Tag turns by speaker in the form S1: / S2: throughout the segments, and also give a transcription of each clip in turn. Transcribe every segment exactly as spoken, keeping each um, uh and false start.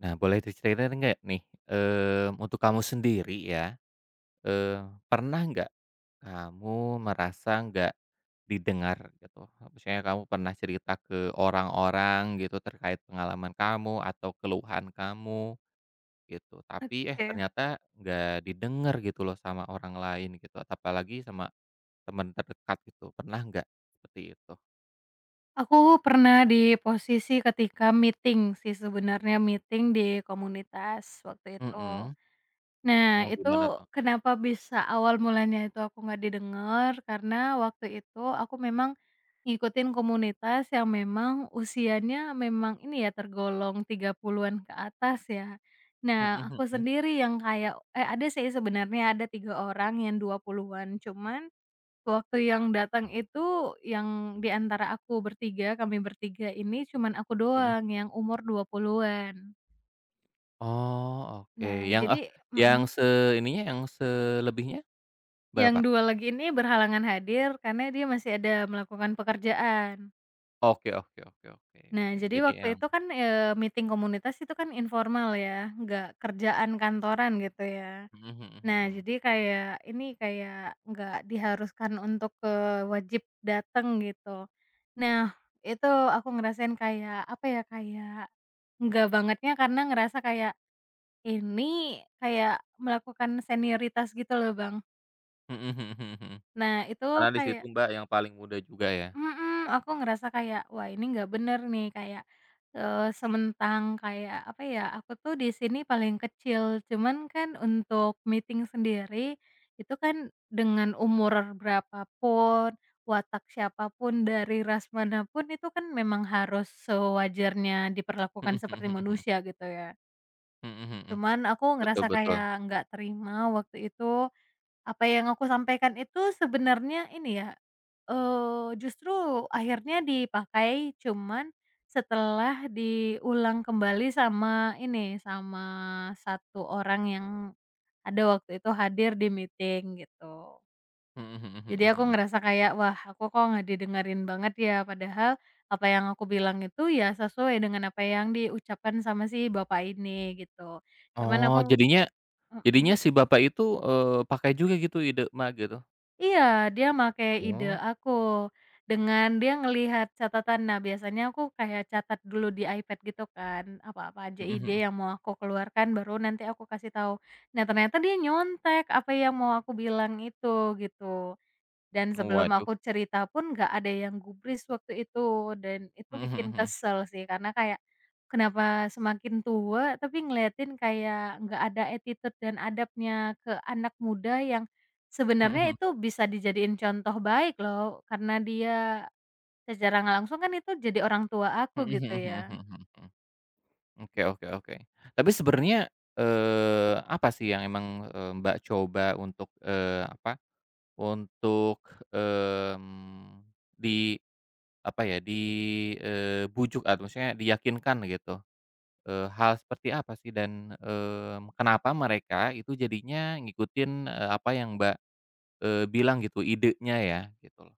S1: Nah, boleh diceritain nggak nih, mmm, untuk kamu sendiri ya, eee, pernah nggak kamu merasa nggak didengar gitu? Misalnya kamu pernah cerita ke orang-orang gitu terkait pengalaman kamu atau keluhan kamu gitu, tapi eh
S2: Oke,
S1: ternyata nggak didengar gitu loh sama orang lain gitu, atau apalagi sama teman terdekat gitu, pernah nggak seperti itu?
S2: aku pernah di posisi ketika meeting sih sebenarnya, meeting di komunitas waktu itu.
S1: Mhm,
S2: Nah,
S1: mau gimana
S2: itu
S1: tuh?
S2: kenapa bisa awal mulanya itu aku nggak didengar, karena waktu itu aku memang ngikutin komunitas yang memang usianya memang ini ya, tergolong tiga puluhan-an ke atas ya. Nah,
S1: Mhm
S2: aku
S1: mhm,
S2: sendiri yang kayak eh, ada sih sebenarnya ada tiga orang yang dua puluhan-an, cuman waktu yang datang itu, yang di antara aku bertiga, kami bertiga ini cuman aku
S1: mhm.
S2: doang yang umur dua puluhan-an.
S1: Oh, oke.
S2: Nah,
S1: Yang, eh,
S2: jadi
S1: yang
S2: mhm,
S1: se ininya, yang selebihnya
S2: yang
S1: berapa?
S2: dua lagi ini berhalangan hadir karena dia masih ada melakukan pekerjaan.
S1: Oke oke oke oke
S2: Nah,
S1: oke.
S2: jadi
S1: Jadi
S2: waktu
S1: emang
S2: itu kan, eee, meeting komunitas itu kan informal ya, nggak kerjaan kantoran gitu ya.
S1: mhm mhm
S2: Nah,
S1: mhm.
S2: jadi kayak ini, kayak nggak diharuskan untuk, eee, wajib dateng gitu. Nah, itu aku ngerasain kayak, apa ya, kayak nggak bangetnya karena ngerasa kayak ini kayak melakukan senioritas gitu loh, Bang.
S1: Mhm mhm mhm mhm. Mhm.
S2: Nah, itu
S1: Karena di situ
S2: kayak
S1: Mbak yang paling muda juga ya?
S2: Mhm, aku ngerasa kayak, wah ini nggak bener nih, kayak, eee, sementang kayak, apa ya, aku tuh di sini paling kecil, cuman kan untuk meeting sendiri, itu kan dengan umur berapa pun, watak siapa pun, dari ras mana pun, itu kan memang harus sewajarnya
S1: Mhm
S2: diperlakukan
S1: mhm
S2: seperti
S1: mhm mhm.
S2: manusia gitu ya.
S1: Mhm mhm. Mhm.
S2: Cuman aku
S1: Betul
S2: ngerasa
S1: betul.
S2: kayak nggak terima waktu itu apa yang aku sampaikan itu sebenarnya ini ya, eee, justru akhirnya dipakai cuman setelah diulang kembali sama ini, sama satu orang yang ada waktu itu hadir di meeting gitu.
S1: Mhm mhm
S2: Jadi
S1: mhm
S2: aku
S1: mhm.
S2: ngerasa kayak, "Wah, aku kok nggak didengerin banget ya?" Padahal apa yang aku bilang itu ya sesuai dengan apa yang diucapkan sama si bapak ini gitu. Cuman
S1: Oh,
S2: aku
S1: jadinya
S2: mhm.
S1: jadinya si Bapak itu, eee, pakai juga gitu ide Mbak gitu?
S2: Iya, dia make ide
S1: Oh.
S2: aku, dengan dia ngelihat catatan. Nah, biasanya aku kayak catat dulu di iPad gitu kan, apa-apa aja
S1: Mhm
S2: ide
S1: mhm.
S2: yang mau aku keluarkan, baru nanti aku kasih tahu. Nah, ternyata dia nyontek apa yang mau aku bilang itu, gitu. Dan sebelum
S1: Waduh.
S2: aku cerita pun nggak ada yang gubris waktu itu, dan itu
S1: Mhm mhm
S2: bikin
S1: mhm.
S2: kesel sih karena kayak, kenapa semakin tua tapi ngeliatin kayak nggak ada attitude dan adabnya ke anak muda yang
S1: Mhm
S2: sebenarnya
S1: mhm.
S2: itu bisa dijadiin contoh baik loh, karena dia secara nggak langsung kan itu jadi orang tua aku
S1: Mhm
S2: gitu
S1: mhm
S2: ya.
S1: mhm mhm mhm. Oke oke oke. Tapi sebenarnya, eee, apa sih yang emang, eee, Mbak coba untuk, eee, apa, untuk, mmm, di apa ya, di, eee, bujuk atau maksudnya diyakinkan gitu, eee, hal seperti apa sih dan, mmm, kenapa mereka itu jadinya ngikutin, eee, apa yang Mbak, eee, bilang gitu idenya ya, gitu loh?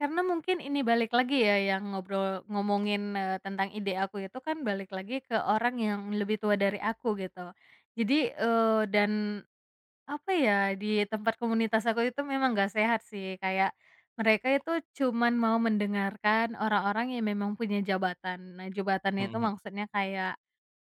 S2: Karena mungkin ini balik lagi ya yang ngobrol ngomongin, eee, tentang ide aku itu kan balik lagi ke orang yang lebih tua dari aku gitu. Jadi, eee, dan apa ya, di tempat komunitas aku itu memang nggak sehat sih, kayak mereka itu cuman mau mendengarkan orang-orang yang memang punya jabatan. Nah, jabatan
S1: Mhm
S2: itu
S1: mhm.
S2: maksudnya kayak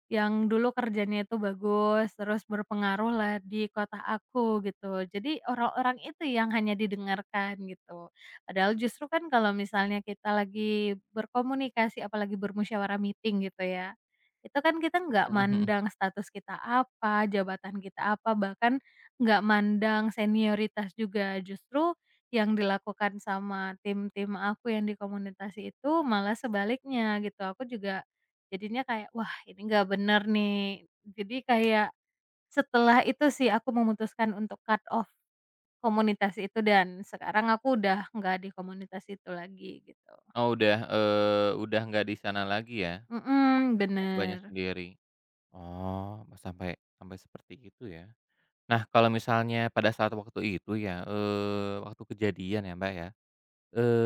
S2: yang dulu kerjanya itu bagus, terus berpengaruh lah di kota aku gitu. Jadi orang-orang itu yang hanya didengarkan gitu. Padahal justru kan kalau misalnya kita lagi berkomunikasi apalagi bermusyawarah meeting gitu ya, itu kan kita nggak
S1: Mhm mhm.
S2: mandang status kita apa, jabatan kita apa, bahkan nggak mandang senioritas juga. Justru yang dilakukan sama tim-tim aku yang di komunitas itu malah sebaliknya gitu. Aku juga jadinya kayak, "Wah, ini nggak bener nih." Jadi kayak setelah itu sih aku memutuskan untuk cut off komunitas itu dan sekarang aku udah nggak di komunitas itu lagi gitu.
S1: Oh udah, eee, udah nggak di sana lagi ya,
S2: Mhm,
S1: untuk Mbaknya
S2: bener.
S1: sendiri? Oh, sampai sampai seperti itu ya. Nah, kalau misalnya pada saat waktu itu ya, eee, waktu kejadian ya, Mbak, ya,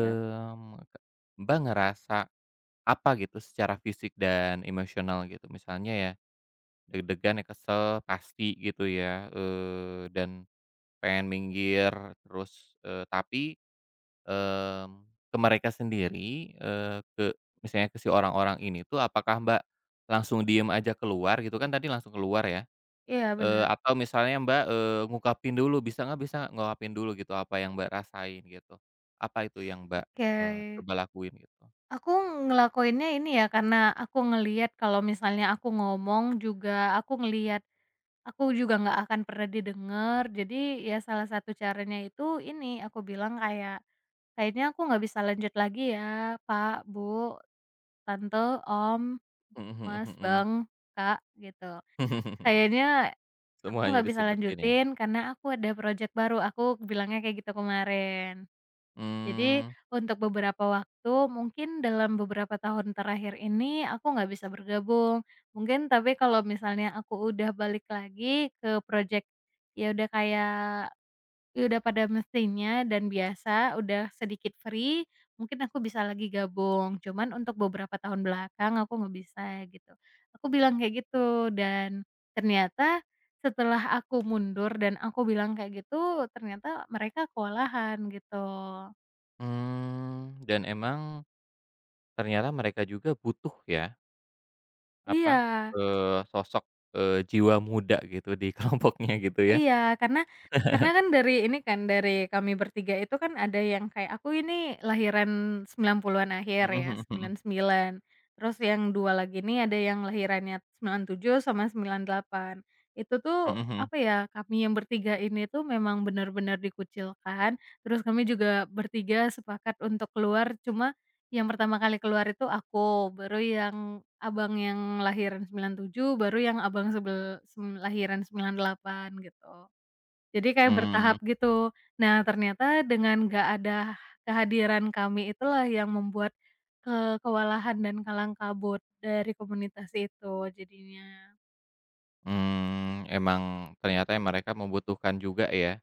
S2: Yap,
S1: ke Mbak, ngerasa apa gitu secara fisik dan emosional gitu? Misalnya ya deg-degan ya, kesel pasti gitu ya, eee, dan pengen minggir terus, eee, tapi, mmm, ke mereka sendiri, eee, ke misalnya ke si orang-orang ini tuh apakah Mbak, langsung diem aja keluar gitu kan tadi langsung keluar ya?
S2: iya
S1: Eee,
S2: bener.
S1: atau misalnya Mbak, eee, ngungkapin dulu, bisa nggak bisa ngungkapin dulu gitu apa yang Mbak rasain gitu. Apa itu yang Mbak,
S2: Oke.
S1: eee, coba lakuin gitu?
S2: Aku ngelakuinnya ini ya, karena aku ngelihat kalau misalnya aku ngomong juga aku ngelihat aku juga nggak akan pernah didengar. Jadi ya salah satu caranya itu ini, aku bilang kayak kayaknya aku nggak bisa lanjut lagi ya, Pak, Bu, Tante, Om,
S1: Mhm mhm mhm.
S2: Mas,
S1: Mhm.
S2: Bang, Kak, gitu. Kayaknya aku
S1: Semuanya
S2: nggak bisa
S1: disebutin ya?
S2: lanjutin karena aku ada project baru, aku bilangnya kayak gitu kemarin. Jadi
S1: Mmm
S2: untuk beberapa waktu, mungkin dalam beberapa tahun terakhir ini aku nggak bisa bergabung. Mungkin tapi kalau misalnya aku udah balik lagi ke project, ya udah kayak iya, udah pada mesinnya dan biasa, udah sedikit free, mungkin aku bisa lagi gabung, cuman untuk beberapa tahun belakang aku nggak bisa gitu. Aku bilang kayak gitu dan ternyata setelah aku mundur dan aku bilang kayak gitu, ternyata mereka kewalahan gitu.
S1: mmm, dan emang ternyata mereka juga butuh ya, apa,
S2: Iya.
S1: eee, sosok, eee, jiwa muda gitu di kelompoknya gitu ya?
S2: Iya, karena karena kan dari ini kan, dari kami bertiga itu kan ada yang kayak aku ini lahiran sembilan puluhan-an akhir
S1: Mhm
S2: ya,
S1: mhm
S2: sembilan
S1: mhm.
S2: sembilan. Terus yang dua lagi ini ada yang lahirannya sembilan tujuh sama sembilan delapan. Itu tuh,
S1: Mhm mhm.
S2: apa ya, kami yang bertiga ini tuh memang benar-benar dikucilkan, terus kami juga bertiga sepakat untuk keluar cuma yang pertama kali keluar itu aku, baru yang abang yang lahiran sembilan tujuh baru yang abang sebel sem lahiran sembilan delapan gitu. Jadi kayak
S1: Mmm
S2: bertahap gitu. Nah, ternyata dengan nggak ada kehadiran kami itulah yang membuat, eee, kewalahan dan kalang kabut dari komunitas itu jadinya.
S1: mmm, emang ternyata mereka membutuhkan juga ya,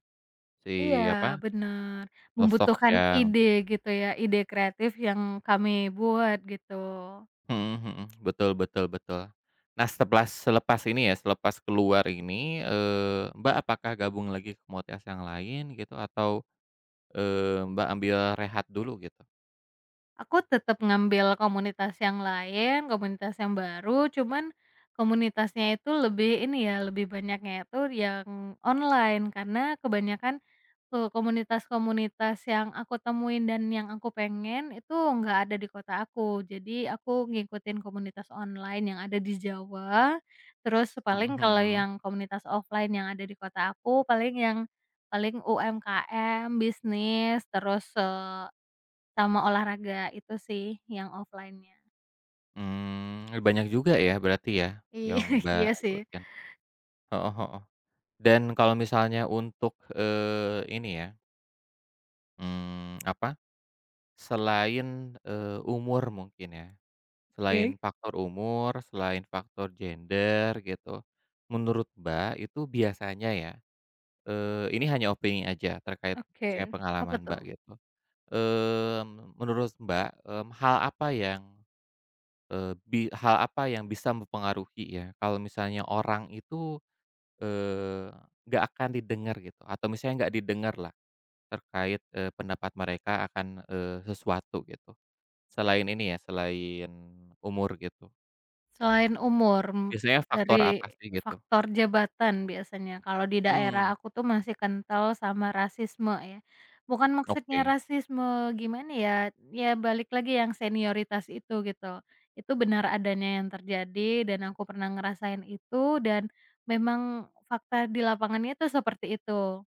S2: Iya,
S1: si apa
S2: bener,
S1: sosok
S2: membutuhkan
S1: yang
S2: ide gitu ya, ide kreatif yang kami buat gitu.
S1: mhm mhm, betul betul betul. Nah setelah selepas ini ya, selepas keluar ini, eee, Mbak, apakah gabung lagi ke komunitas yang lain gitu atau, eee, Mbak, ambil rehat dulu gitu?
S2: Aku tetap ngambil komunitas yang lain, komunitas yang baru, cuman komunitasnya itu lebih ini ya, lebih banyaknya itu yang online karena kebanyakan, eee, komunitas-komunitas yang aku temuin dan yang aku pengen itu nggak ada di kota aku. Jadi aku ngikutin komunitas online yang ada di Jawa, terus paling
S1: Mhm
S2: kalau
S1: mhm.
S2: yang komunitas offline yang ada di kota aku paling yang paling U M K M, bisnis, terus, eee sama olahraga itu sih yang offline-nya.
S1: Mmm, banyak juga ya berarti ya
S2: Iya
S1: yang Mbak
S2: iya sih.
S1: ikutin? Heeh heeh. Dan kalau misalnya untuk, eee, ini ya, mmm, apa, selain, eee, umur mungkin ya? Selain
S2: Oke.
S1: faktor umur, selain faktor gender gitu, menurut Mbak itu biasanya ya, eee, ini hanya opini aja terkait
S2: Oke,
S1: misalnya
S2: apa
S1: pengalaman Mbak
S2: tuh?
S1: gitu, mmm, menurut Mbak, mmm, hal apa yang, eee, bi hal apa yang bisa mempengaruhi ya kalau misalnya orang itu, eee, nggak akan didengar gitu atau misalnya nggak didengar lah terkait, eee, pendapat mereka akan, eee, sesuatu gitu? Selain ini ya, selain umur gitu.
S2: Selain umur, mmm,
S1: Biasanya faktor
S2: dari
S1: apa sih gitu?
S2: faktor jabatan biasanya, kalau di
S1: Mmm,
S2: daerah aku tuh masih kental sama rasisme ya. Bukan maksudnya
S1: oke.
S2: rasisme gimana ya, ya balik lagi yang senioritas itu gitu. Itu benar adanya yang terjadi dan aku pernah ngerasain itu dan memang fakta di lapangannya tuh seperti itu.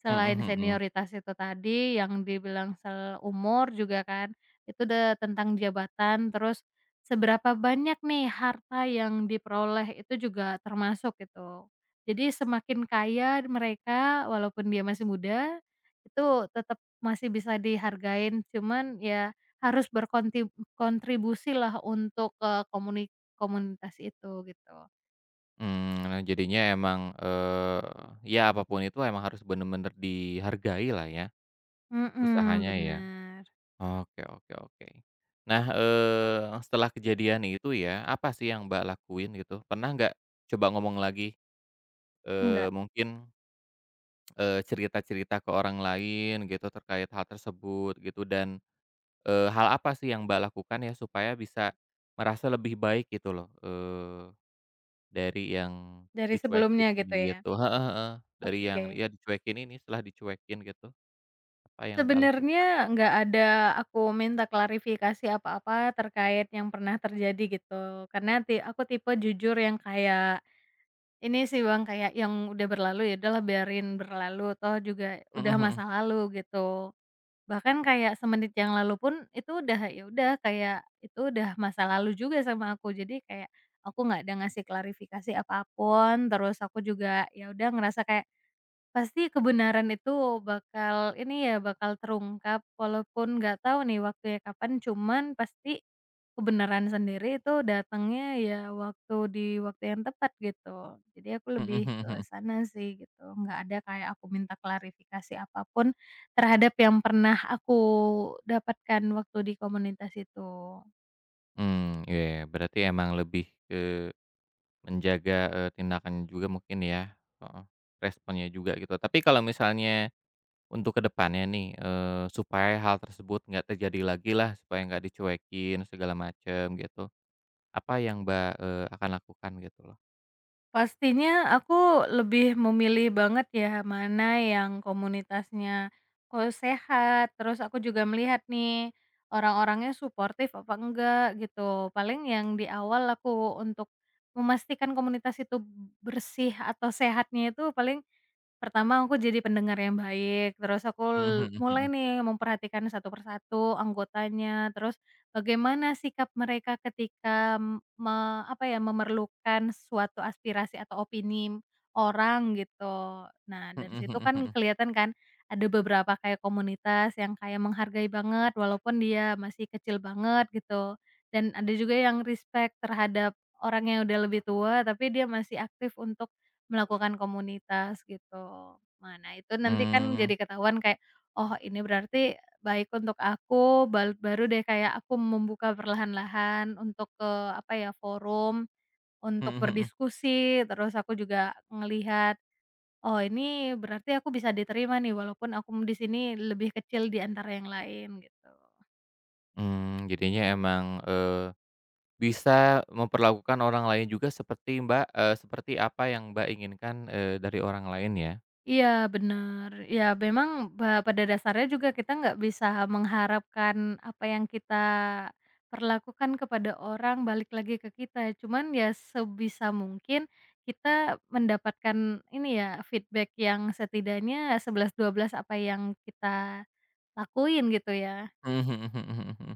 S2: Selain
S1: Mhm mhm.
S2: senioritas itu tadi yang dibilang sel umur juga kan, itu udah tentang jabatan, terus seberapa banyak nih harta yang diperoleh itu juga termasuk gitu. Jadi semakin kaya mereka walaupun dia masih muda, itu tetap masih bisa dihargain, cuman ya harus berkontribusi lah untuk, ke komuni komunitas itu gitu.
S1: Mmm, nah jadinya emang, eee, ya apa pun itu emang harus bener-bener dihargailah ya,
S2: Mhm,
S1: usahanya ya.
S2: bener.
S1: Oke oke oke. Nah, eee, setelah kejadian itu ya, apa sih yang Mbak lakuin gitu? Pernah nggak coba ngomong lagi, eee,
S2: Enggak,
S1: mungkin, eee, cerita-cerita ke orang lain gitu terkait hal tersebut gitu dan, eee, hal apa sih yang Mbak lakukan ya supaya bisa merasa lebih baik gitu loh? Eee. Dari yang
S2: dari
S1: dicuekin
S2: sebelumnya
S1: ini
S2: gitu ya?
S1: gitu heeh heeh, dari yang
S2: Oke.
S1: ya dicuekin ini, setelah dicuekin gitu, apa yang Mbak lakukan?
S2: Sebenarnya nggak ada aku minta klarifikasi apa-apa terkait yang pernah terjadi gitu, karena ti aku tipe jujur yang kayak ini sih Bang, kayak yang udah berlalu, ya udahlah biarin berlalu, toh juga
S1: Mhm
S2: udah
S1: mhm.
S2: masa lalu gitu. Bahkan kayak semenit yang lalu pun itu udah, ya udah kayak itu udah masa lalu juga sama aku. Jadi kayak aku nggak ada ngasih klarifikasi apapun terus aku juga ya udah ngerasa kayak pasti kebenaran itu bakal ini ya, bakal terungkap walaupun nggak tahu nih waktunya kapan, cuman pasti kebenaran sendiri itu datangnya ya waktu di waktu yang tepat gitu. Jadi aku
S1: Mhm
S2: lebih
S1: mhm
S2: ke
S1: mhm.
S2: sana sih gitu, nggak ada kayak aku minta klarifikasi apapun terhadap yang pernah aku dapatkan waktu di komunitas itu.
S1: Mmm, iya, berarti emang lebih ke menjaga, eee, tindakan juga mungkin ya, heeh, responnya juga gitu. Tapi kalau misalnya untuk ke depannya nih, eee, supaya hal tersebut nggak terjadi lagi lah, supaya nggak dicuekin segala macam gitu, apa yang Mbak, eee, akan lakukan gitu loh?
S2: Pastinya aku lebih memilih banget ya, mana yang komunitasnya, oh, sehat, terus aku juga melihat nih, orang-orangnya suportif apa enggak gitu. Paling yang di awal aku untuk memastikan komunitas itu bersih atau sehatnya itu paling pertama aku jadi pendengar yang baik, terus aku l
S1: Mhm mhm
S2: mulai
S1: mhm.
S2: nih memperhatikan satu persatu anggotanya, terus bagaimana sikap mereka ketika m- me apa ya, memerlukan suatu aspirasi atau opini orang gitu. Nah,
S1: Mhm
S2: dari situ
S1: mhm
S2: kan
S1: mhm.
S2: kelihatan kan ada beberapa kayak komunitas yang kayak menghargai banget walaupun dia masih kecil banget gitu, dan ada juga yang respect terhadap orang yang udah lebih tua tapi dia masih aktif untuk melakukan komunitas gitu. Nah, nah itu nanti kan
S1: Mmm,
S2: jadi ketahuan kayak, oh ini berarti baik untuk aku, bal baru deh kayak aku membuka perlahan-lahan untuk ke, apa ya, forum untuk
S1: mhm mhm.
S2: berdiskusi, terus aku juga ngelihat, "Oh, ini berarti aku bisa diterima nih walaupun aku di sini lebih kecil di antara yang lain," gitu.
S1: Mmm, jadinya emang, eee, bisa memperlakukan orang lain juga seperti Mbak, eee, seperti apa yang Mbak inginkan, eee, dari orang lain ya?
S2: Iya benar. Ya memang ba pada dasarnya juga kita nggak bisa mengharapkan apa yang kita perlakukan kepada orang balik lagi ke kita, cuman ya sebisa mungkin kita mendapatkan ini ya, feedback yang setidaknya sebelas dua belas apa yang kita lakuin gitu ya.
S1: Mhm mhm mhm mhm mhm.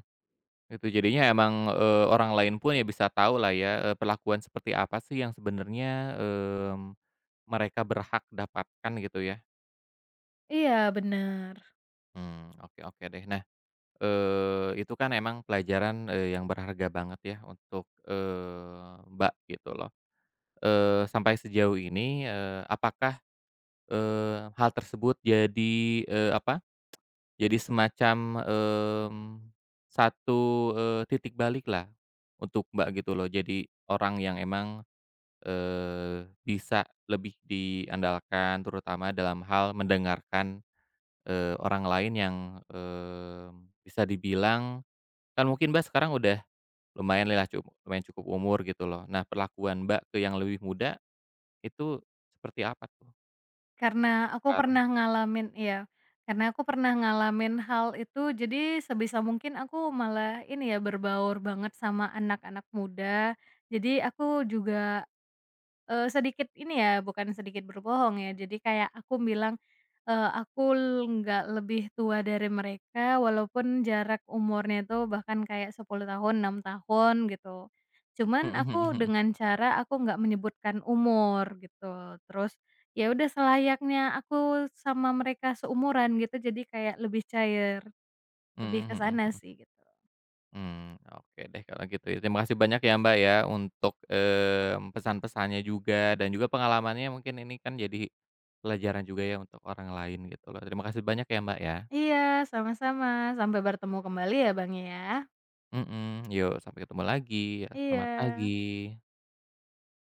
S1: Itu jadinya emang, eee, orang lain pun ya bisa tahu lah ya, eee, perlakuan seperti apa sih yang sebenarnya, mmm, mereka berhak dapatkan gitu ya?
S2: Iya benar.
S1: Mmm, oke oke deh. Nah, eee, itu kan emang pelajaran, eee, yang berharga banget ya untuk, eee, Mbak gitu loh. Eee, sampai sejauh ini, eee, apakah Eee, hal tersebut jadi, eee, apa, jadi semacam, mmm, satu, eee, titik balik lah untuk Mbak gitu loh. Jadi orang yang emang, eee, bisa lebih diandalkan terutama dalam hal mendengarkan, eee, orang lain yang, mmm, bisa dibilang kan mungkin Mbak sekarang udah lumayanlah cukup lumayan cukup umur gitu loh. Nah perlakuan Mbak ke yang lebih muda itu seperti apa tuh
S2: Karena aku
S1: sekarang?
S2: pernah ngalamin iya, karena aku pernah ngalamin hal itu, jadi sebisa mungkin aku malah ini ya, berbaur banget sama anak-anak muda. Jadi aku juga Eee, sedikit ini ya, bukan sedikit berbohong ya, jadi kayak aku bilang, eee, aku nggak lebih tua dari mereka walaupun jarak umurnya itu bahkan kayak sepuluh tahun, enam tahun gitu. Cuman aku dengan cara aku nggak menyebutkan umur gitu, terus ya udah selayaknya aku sama mereka seumuran gitu, jadi kayak lebih cair, lebih ke sana sih gitu.
S1: Hmm oke deh kalau gitu ya. Terima kasih banyak ya, Mbak, ya untuk, mmm, pesan-pesannya juga dan juga pengalamannya mungkin ini kan jadi pelajaran juga ya untuk orang lain gitu loh. Terima kasih banyak ya, Mbak, ya.
S2: Iya, sama-sama, sampai bertemu kembali ya Bang ya.
S1: Mhm, yuk sampai ketemu lagi ya, selamat
S2: Iya.
S1: pagi.